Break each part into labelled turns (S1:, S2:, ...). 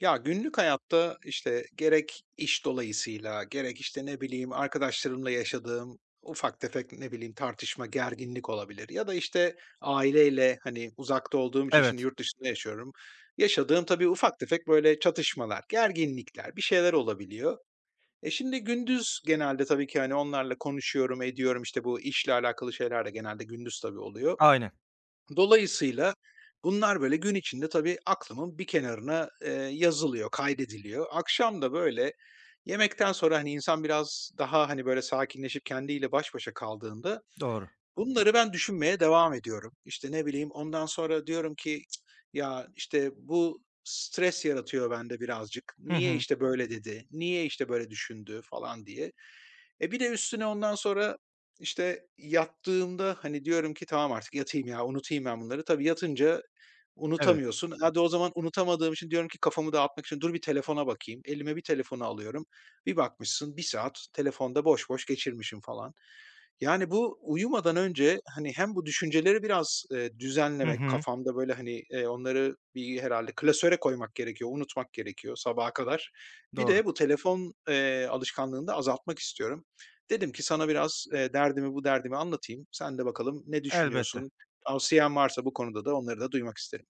S1: Ya, günlük hayatta, işte, gerek iş dolayısıyla, gerek, işte, ne bileyim, arkadaşlarımla yaşadığım ufak tefek, ne bileyim, tartışma, gerginlik olabilir ya da, işte, aileyle, hani, uzakta olduğum için şimdi
S2: Evet,
S1: yurt dışında yaşıyorum. Yaşadığım tabii ufak tefek, böyle, çatışmalar, gerginlikler, bir şeyler olabiliyor. E, şimdi gündüz genelde tabii ki, hani, onlarla konuşuyorum, ediyorum. İşte bu işle alakalı şeyler de genelde gündüz tabii oluyor.
S2: aynen,
S1: Dolayısıyla bunlar böyle gün içinde tabii aklımın bir kenarına, yazılıyor, kaydediliyor. Akşam da böyle yemekten sonra, hani, insan biraz daha, hani, böyle sakinleşip kendiyle baş başa kaldığında
S2: doğru.
S1: bunları ben düşünmeye devam ediyorum. İşte, ne bileyim, ondan sonra diyorum ki, "Cık, ya, işte, bu stres yaratıyor bende birazcık.
S2: Hı
S1: Niye,
S2: hı,
S1: işte, böyle dedi? Niye, işte, böyle düşündü?" falan diye. E, bir de üstüne ondan sonra, işte, yattığımda, hani, diyorum ki, "Tamam artık yatayım ya, unutayım ben bunları." Tabii yatınca
S2: evet.
S1: unutamıyorsun. Hadi o zaman unutamadığım için diyorum ki kafamı dağıtmak için, "Dur bir telefona bakayım." Elime bir telefonu alıyorum. Bir bakmışsın bir saat telefonda boş boş geçirmişim falan. Yani, bu uyumadan önce, hani, hem bu düşünceleri biraz,
S2: Hı
S1: düzenlemek,
S2: hı,
S1: kafamda, böyle, hani, onları bir herhalde klasöre koymak gerekiyor, unutmak gerekiyor sabaha kadar. Bir
S2: doğru.
S1: de bu telefon, alışkanlığını da azaltmak istiyorum. Dedim ki sana biraz, derdimi, bu derdimi anlatayım. Sen de bakalım ne
S2: Elbette.
S1: düşünüyorsun? Tavsiyen varsa bu konuda da onları da duymak isterim.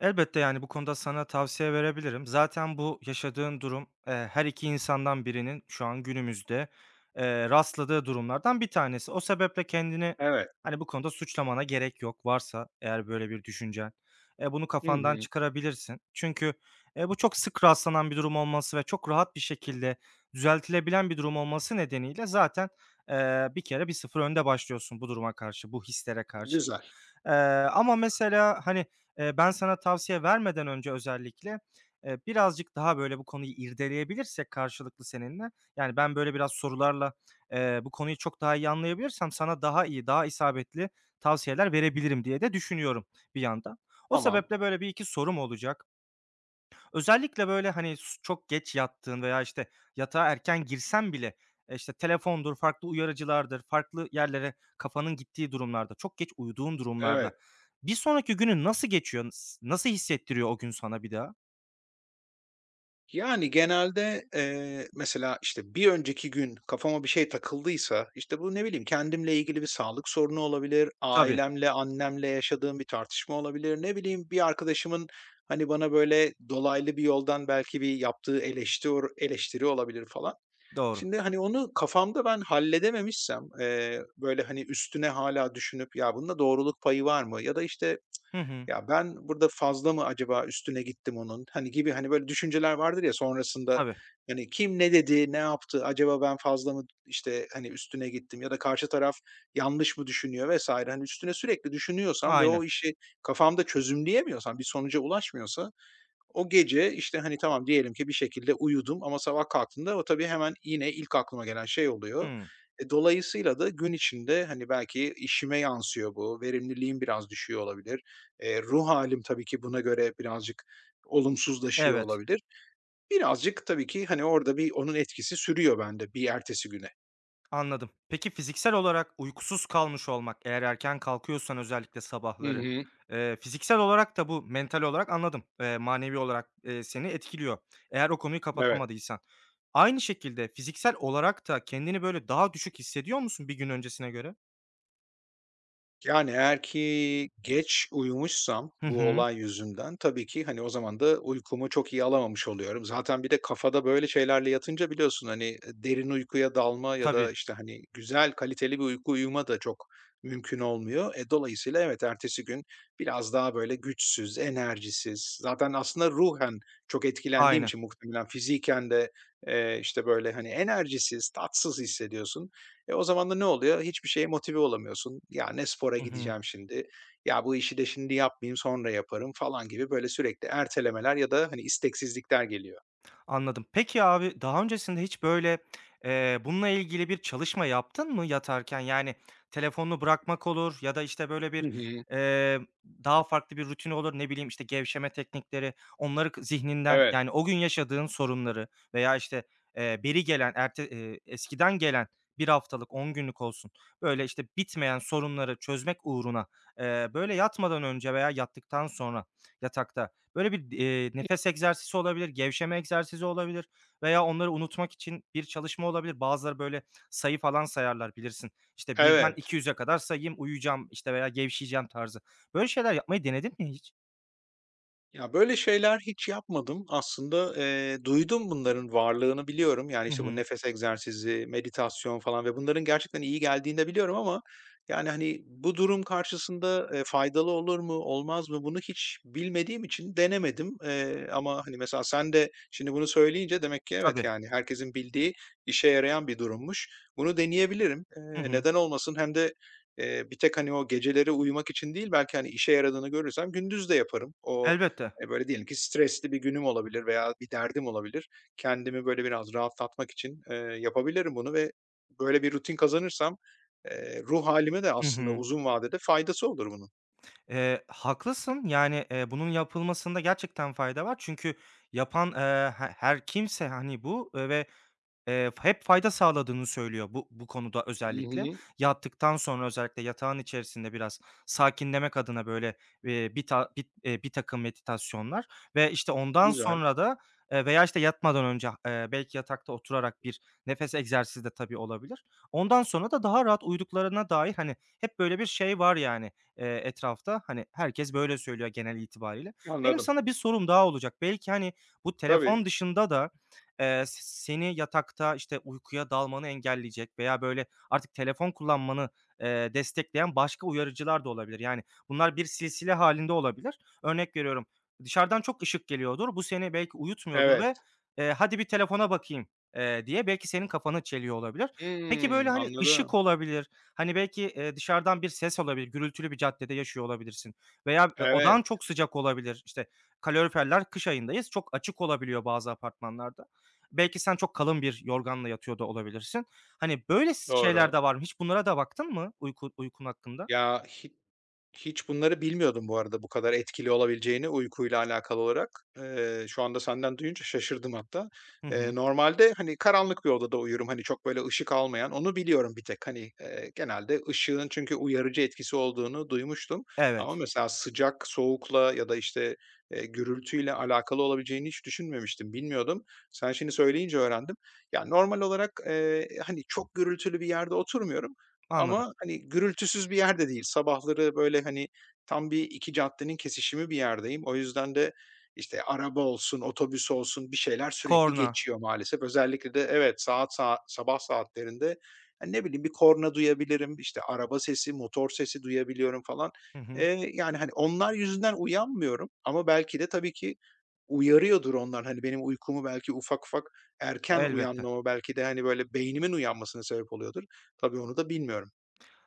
S2: Elbette, yani, bu konuda sana tavsiye verebilirim. Zaten bu yaşadığın durum, her 2 insandan birinin şu an günümüzde, rastladığı durumlardan bir tanesi. O sebeple kendini,
S1: Evet.
S2: hani, bu konuda suçlamana gerek yok. Varsa eğer böyle bir düşüncen, bunu
S1: Hı
S2: kafandan
S1: hı.
S2: çıkarabilirsin. Çünkü, bu çok sık rastlanan bir durum olması ve çok rahat bir şekilde düzeltilebilen bir durum olması nedeniyle zaten, bir kere bir sıfır önde başlıyorsun bu duruma karşı, bu hislere karşı.
S1: Güzel.
S2: Eee, Ama mesela, hani, ben sana tavsiye vermeden önce özellikle, birazcık daha böyle bu konuyu irdeleyebilirsek karşılıklı seninle, yani, ben böyle biraz sorularla, bu konuyu çok daha iyi anlayabilirsem sana daha iyi, daha isabetli tavsiyeler verebilirim diye de düşünüyorum bir yandan. O
S1: Tamam.
S2: sebeple böyle bir iki sorum olacak. Özellikle, böyle, hani, çok geç yattığın veya, işte, yatağa erken girsen bile, işte, telefondur, farklı uyarıcılardır, farklı yerlere kafanın gittiği durumlarda, çok geç uyuduğun durumlarda
S1: Evet.
S2: bir sonraki günün nasıl geçiyor? Nasıl hissettiriyor o gün sana bir daha?
S1: Yani, genelde, mesela, işte, bir önceki gün kafama bir şey takıldıysa, işte, bu ne bileyim kendimle ilgili bir sağlık sorunu olabilir,
S2: Tabii,
S1: ailemle, annemle yaşadığım bir tartışma olabilir, ne bileyim bir arkadaşımın, hani, bana böyle dolaylı bir yoldan belki bir yaptığı eleştiri olabilir falan.
S2: doğru.
S1: Şimdi, hani, onu kafamda ben halledememişsem, böyle, hani, üstüne hala düşünüp "Ya, bunda doğruluk payı var mı?" ya da, işte,
S2: Hı hı.
S1: "Ya, ben burada fazla mı acaba üstüne gittim onun?" hani, gibi, hani, böyle düşünceler vardır ya sonrasında,
S2: Tabii,
S1: hani, kim ne dedi, ne yaptı, acaba ben fazla mı, işte, hani, üstüne gittim ya da karşı taraf yanlış mı düşünüyor vesaire hani, üstüne sürekli düşünüyorsam ve
S2: aynen.
S1: o işi kafamda çözümleyemiyorsam, bir sonuca ulaşmıyorsa o gece, işte, hani, tamam diyelim ki bir şekilde uyudum ama sabah kalktığımda o tabii hemen yine ilk aklıma gelen şey oluyor.
S2: Hı,
S1: E, dolayısıyla da gün içinde, hani, belki işime yansıyor bu, verimliliğim biraz düşüyor olabilir. Ruh halim tabii ki buna göre birazcık olumsuzlaşıyor
S2: evet.
S1: olabilir. Birazcık tabii ki, hani, orada bir onun etkisi sürüyor bende bir ertesi güne.
S2: Anladım. Peki fiziksel olarak uykusuz kalmış olmak, eğer erken kalkıyorsan özellikle
S1: Hı
S2: sabahları,
S1: hı.
S2: fiziksel olarak da bu mental olarak anladım, manevi olarak, seni etkiliyor. Eğer o konuyu
S1: Evet.
S2: kapatamadıysan. Aynı şekilde fiziksel olarak da kendini böyle daha düşük hissediyor musun bir gün öncesine göre?
S1: Yani, eğer ki geç uyumuşsam
S2: Hı
S1: bu
S2: hı.
S1: olay yüzünden tabii ki, hani, o zaman da uykumu çok iyi alamamış oluyorum. Zaten bir de kafada böyle şeylerle yatınca biliyorsun, hani, derin uykuya dalma ya da,
S2: Tabii,
S1: işte, hani, güzel, kaliteli bir uyku uyuma da çok mümkün olmuyor. E, dolayısıyla evet, ertesi gün biraz daha böyle güçsüz, enerjisiz, zaten aslında ruhen çok etkilendiğim
S2: aynen.
S1: için muhtemelen fiziken de, işte, böyle, hani, enerjisiz, tatsız hissediyorsun. E, o zaman da ne oluyor? Hiçbir şeye motive olamıyorsun. Ya ne spora
S2: Hı hı.
S1: gideceğim şimdi? Ya bu işi de şimdi yapmayayım, sonra yaparım falan gibi böyle sürekli ertelemeler ya da hani isteksizlikler geliyor.
S2: Anladım. Peki abi, daha öncesinde hiç böyle, bununla ilgili bir çalışma yaptın mı yatarken? Yani telefonunu bırakmak olur ya da, işte, böyle
S1: Hı
S2: bir,
S1: hı.
S2: eee, daha farklı bir rutin olur. Ne bileyim, işte, gevşeme teknikleri, onları zihninden
S1: Evet.
S2: yani o gün yaşadığın sorunları veya, işte, beri gelen, erte eskiden gelen 1 haftalık, 10 günlük olsun, böyle, işte, bitmeyen sorunları çözmek uğruna, böyle yatmadan önce veya yattıktan sonra yatakta, böyle bir, nefes egzersizi olabilir, gevşeme egzersizi olabilir veya onları unutmak için bir çalışma olabilir. Bazıları böyle sayı falan sayarlar bilirsin. İşte birden
S1: Evet.
S2: iki 200'e kadar sayayım, uyuyacağım, işte, veya gevşeyeceğim tarzı. Böyle şeyler yapmayı denedin mi hiç?
S1: Ya, böyle şeyler hiç yapmadım. Aslında, duydum bunların varlığını biliyorum. Yani,
S2: Hı
S1: işte, bu
S2: hı.
S1: nefes egzersizi, meditasyon falan ve bunların gerçekten iyi geldiğini de biliyorum ama, yani, hani, bu durum karşısında, faydalı olur mu, olmaz mı bunu hiç bilmediğim için denemedim. Ama, hani, mesela sen de şimdi bunu söyleyince demek ki evet,
S2: Tabii.
S1: yani, herkesin bildiği işe yarayan bir durummuş. Bunu deneyebilirim.
S2: Hı hı.
S1: Neden olmasın? Hem de, bir tek, hani, o geceleri uyumak için değil belki, hani, işe yaradığını görürsem gündüz de yaparım. O.
S2: Elbette.
S1: Böyle diyelim ki stresli bir günüm olabilir veya bir derdim olabilir. Kendimi böyle biraz rahatlatmak için, yapabilirim bunu ve böyle bir rutin kazanırsam, ruh halime de
S2: Hı
S1: aslında
S2: hı.
S1: uzun vadede faydası olur bunun.
S2: Haklısın. Yani, bunun yapılmasında gerçekten fayda var. Çünkü yapan, her kimse, hani, bu, ve hep fayda sağladığını söylüyor bu konuda özellikle.
S1: Mhm.
S2: Yattıktan sonra özellikle yatağın içerisinde biraz sakinlemek adına böyle, bir ta bit birtakım meditasyonlar ve, işte, ondan
S1: Güzel,
S2: sonra da, veya, işte, yatmadan önce, belki yatakta oturarak bir nefes egzersizi de tabii olabilir. Ondan sonra da daha rahat uyuduklarına dair, hani, hep böyle bir şey var yani, etrafta. Hani, herkes böyle söylüyor genel itibariyle. Benim
S1: anladım.
S2: sana bir sorum daha olacak. Belki, hani, bu
S1: Tabii,
S2: telefon dışında da, s seni yatakta, işte, uykuya dalmanı engelleyecek veya, böyle, artık telefon kullanmanı, destekleyen başka uyarıcılar da olabilir. Yani bunlar bir silsile halinde olabilir. Örnek veriyorum, dışarıdan çok ışık geliyordur. Bu seni belki uyutmuyordur ve,
S1: evet.
S2: "Hadi bir telefona bakayım." Diye belki senin kafanı çeliyor olabilir. Peki,
S1: Hımm,
S2: böyle, hani, ışık
S1: anladım.
S2: olabilir, hani, belki, dışarıdan bir ses olabilir, gürültülü bir caddede yaşıyor olabilirsin veya,
S1: Evet,
S2: odan çok sıcak olabilir. İşte, kaloriferler kış ayındayız, çok açık olabiliyor bazı apartmanlarda. Belki sen çok kalın bir yorganla yatıyor da olabilirsin. Hani, böyle şeyler de
S1: doğru.
S2: var mı? Hiç bunlara da baktın mı uykun hakkında?
S1: Ya hi Hiç bunları bilmiyordum bu arada bu kadar etkili olabileceğini uykuyla alakalı olarak. Şu anda senden duyunca şaşırdım hatta.
S2: Hı hı.
S1: Normalde, hani, karanlık bir odada uyurum, hani, çok böyle ışık almayan, onu biliyorum bir tek. Hani, genelde ışığın çünkü uyarıcı etkisi olduğunu duymuştum ama
S2: Evet,
S1: mesela sıcak, soğukla ya da, işte, gürültüyle alakalı olabileceğini hiç düşünmemiştim, bilmiyordum. Sen şimdi söyleyince öğrendim. Ya, normal olarak, hani, çok gürültülü bir yerde oturmuyorum
S2: anladım.
S1: ama, hani, gürültüsüz bir yerde değil. Sabahları, böyle, hani, tam bir 2 caddenin kesişimi bir yerdeyim. O yüzden de, işte, araba olsun, otobüs olsun bir şeyler sürekli
S2: Korna.
S1: geçiyor maalesef. Özellikle de evet, saat saa sabah saatlerinde, hani, ne bileyim, bir korna duyabilirim, işte, araba sesi, motor sesi duyabiliyorum falan.
S2: Hı hı.
S1: Yani, hani, onlar yüzünden uyanmıyorum ama belki de tabii ki uyarıyordur onlar. Hani, benim uykumu belki ufak ufak erken
S2: Elbette.
S1: uyanmama belki de, hani, böyle, beynimin uyanmasına sebep oluyordur. Tabii onu da bilmiyorum.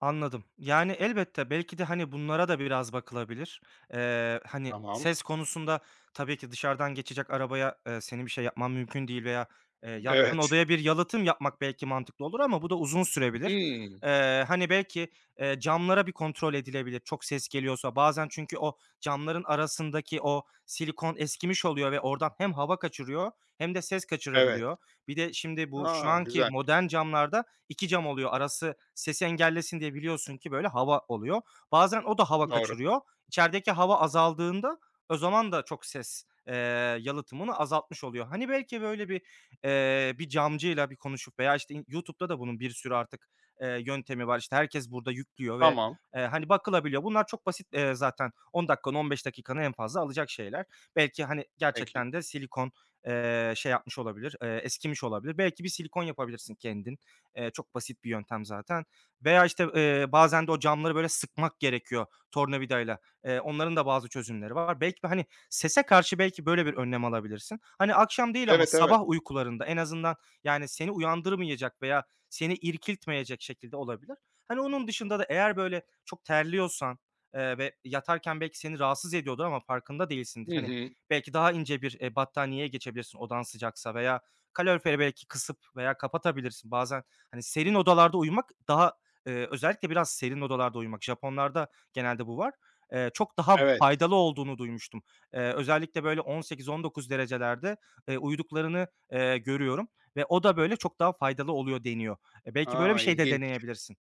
S2: Anladım. Yani, elbette belki de, hani, bunlara da biraz bakılabilir. Hani,
S1: Tamam.
S2: ses konusunda tabii ki dışarıdan geçecek arabaya, senin bir şey yapman mümkün değil veya, yattığın
S1: Evet.
S2: odaya bir yalıtım yapmak belki mantıklı olur ama bu da uzun sürebilir.
S1: Hımm.
S2: Hani, belki, camlara bir kontrol edilebilir çok ses geliyorsa. Bazen çünkü o camların arasındaki o silikon eskimiş oluyor ve oradan hem hava kaçırıyor hem de ses
S1: Evet.
S2: kaçırabiliyor. Bir de şimdi bu şu
S1: A,
S2: anki
S1: güzel.
S2: modern camlarda 2 cam oluyor arası sesi engellesin diye biliyorsun ki böyle hava oluyor. Bazen o da hava
S1: Doğru.
S2: kaçırıyor. İçerideki hava azaldığında o zaman da çok ses, yalıtımını azaltmış oluyor. Hani belki böyle bir, bir camcıyla bir konuşup veya, işte, YouTube'da da bunun bir sürü artık, yöntemi var. İşte, herkes burada yüklüyor ve,
S1: Tamam.
S2: hani, bakılabiliyor. Bunlar çok basit, zaten 10 dakikanı, 15 dakikanı en fazla alacak şeyler. Belki, hani,
S1: Peki.
S2: gerçekten de silikon, şey yapmış olabilir, eskimiş olabilir. Belki bir silikon yapabilirsin kendin. Çok basit bir yöntem zaten. Veya, işte, bazen de o camları böyle sıkmak gerekiyor tornavidayla. Onların da bazı çözümleri var. Belki, hani, sese karşı belki böyle bir önlem alabilirsin. Hani, akşam değil ama
S1: Evet, evet.
S2: sabah uykularında en azından, yani, seni uyandırmayacak veya seni irkiltmeyecek şekilde olabilir. Hani, onun dışında da eğer böyle çok terliyorsan, ve yatarken belki seni rahatsız ediyordur ama farkında değilsindir.
S1: Hı
S2: Hani,
S1: hı.
S2: belki daha ince bir, battaniyeye geçebilirsin odan sıcaksa veya kaloriferi belki kısıp veya kapatabilirsin. Bazen hani, serin odalarda uyumak daha, özellikle biraz serin odalarda uyumak, Japonlarda genelde bu var, çok daha
S1: Evet.
S2: faydalı olduğunu duymuştum. Özellikle böyle 18-19 derecelerde, uyuduklarını, görüyorum ve o da böyle çok daha faydalı oluyor deniyor. E, belki böyle bir
S1: A,
S2: şey de
S1: ilginç.
S2: deneyebilirsin.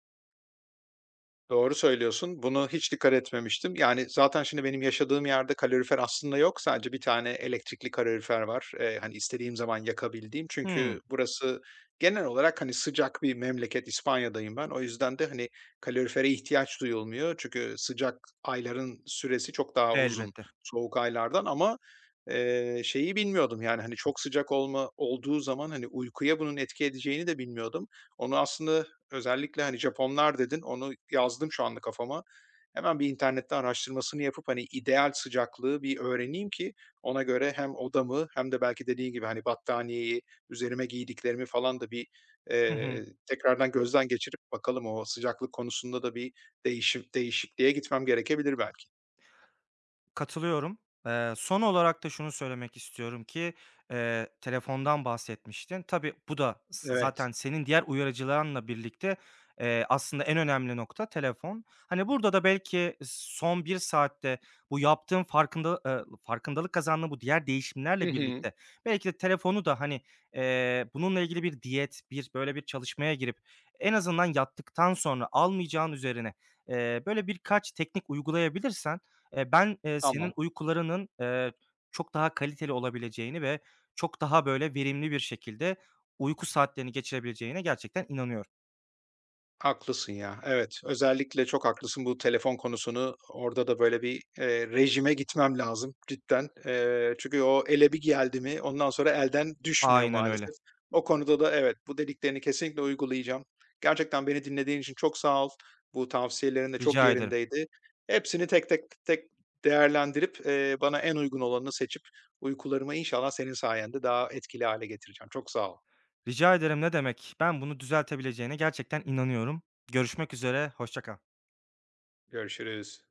S1: Doğru söylüyorsun. Bunu hiç dikkat etmemiştim. Yani, zaten şimdi benim yaşadığım yerde kalorifer aslında yok. Sadece bir tane elektrikli kalorifer var. Hani, istediğim zaman yakabildiğim. Çünkü
S2: Hımm.
S1: burası genel olarak, hani, sıcak bir memleket. İspanya'dayım ben. O yüzden de, hani, kalorifere ihtiyaç duyulmuyor. Çünkü sıcak ayların süresi çok daha uzun
S2: Elbette.
S1: soğuk aylardan ama, şeyi bilmiyordum, yani, hani, çok sıcak olma olduğu zaman, hani, uykuya bunun etki edeceğini de bilmiyordum. Onu aslında. Özellikle, hani, Japonlar dedin, onu yazdım şu anda kafama. Hemen bir internette araştırmasını yapıp, hani, ideal sıcaklığı bir öğreneyim ki ona göre hem odamı hem de belki dediğin gibi, hani, battaniyeyi, üzerime giydiklerimi falan da bir,
S2: Hı hı.
S1: tekrardan gözden geçirip bakalım o sıcaklık konusunda da bir değişikliğe gitmem gerekebilir belki.
S2: Katılıyorum. Son olarak da şunu söylemek istiyorum ki, telefondan bahsetmiştin. Tabii bu da
S1: Evet.
S2: zaten senin diğer uyarıcılarınla birlikte, aslında en önemli nokta telefon. Hani, burada da belki son bir saatte bu yaptığın farkındalık kazandığın bu diğer
S1: Hı
S2: değişimlerle
S1: hı.
S2: birlikte belki de telefonu da, hani, bununla ilgili bir diyet, bir böyle bir çalışmaya girip en azından yattıktan sonra almayacağın üzerine, böyle birkaç teknik uygulayabilirsen
S1: Tamam.
S2: senin uykularının, çok daha kaliteli olabileceğini ve çok daha, böyle, verimli bir şekilde uyku saatlerini geçirebileceğine gerçekten inanıyorum.
S1: Haklısın ya. Evet, özellikle çok haklısın bu telefon konusunu. Orada da böyle bir, rejime gitmem lazım cidden. Çünkü o ele bir geldi mi ondan sonra elden düşmüyor
S2: Aynen öyle.
S1: maalesef. O konuda da evet, bu dediklerini kesinlikle uygulayacağım. Gerçekten beni dinlediğin için çok sağ ol. Bu tavsiyelerin de çok
S2: Rica ederim.
S1: yerindeydi. Hepsini tek tek değerlendirip, bana en uygun olanını seçip uykularımı inşallah senin sayende daha etkili hale getireceğim. Çok sağ ol.
S2: Rica ederim, ne demek. Ben bunu düzeltebileceğine gerçekten inanıyorum. Görüşmek üzere, hoşça kal.
S1: Görüşürüz.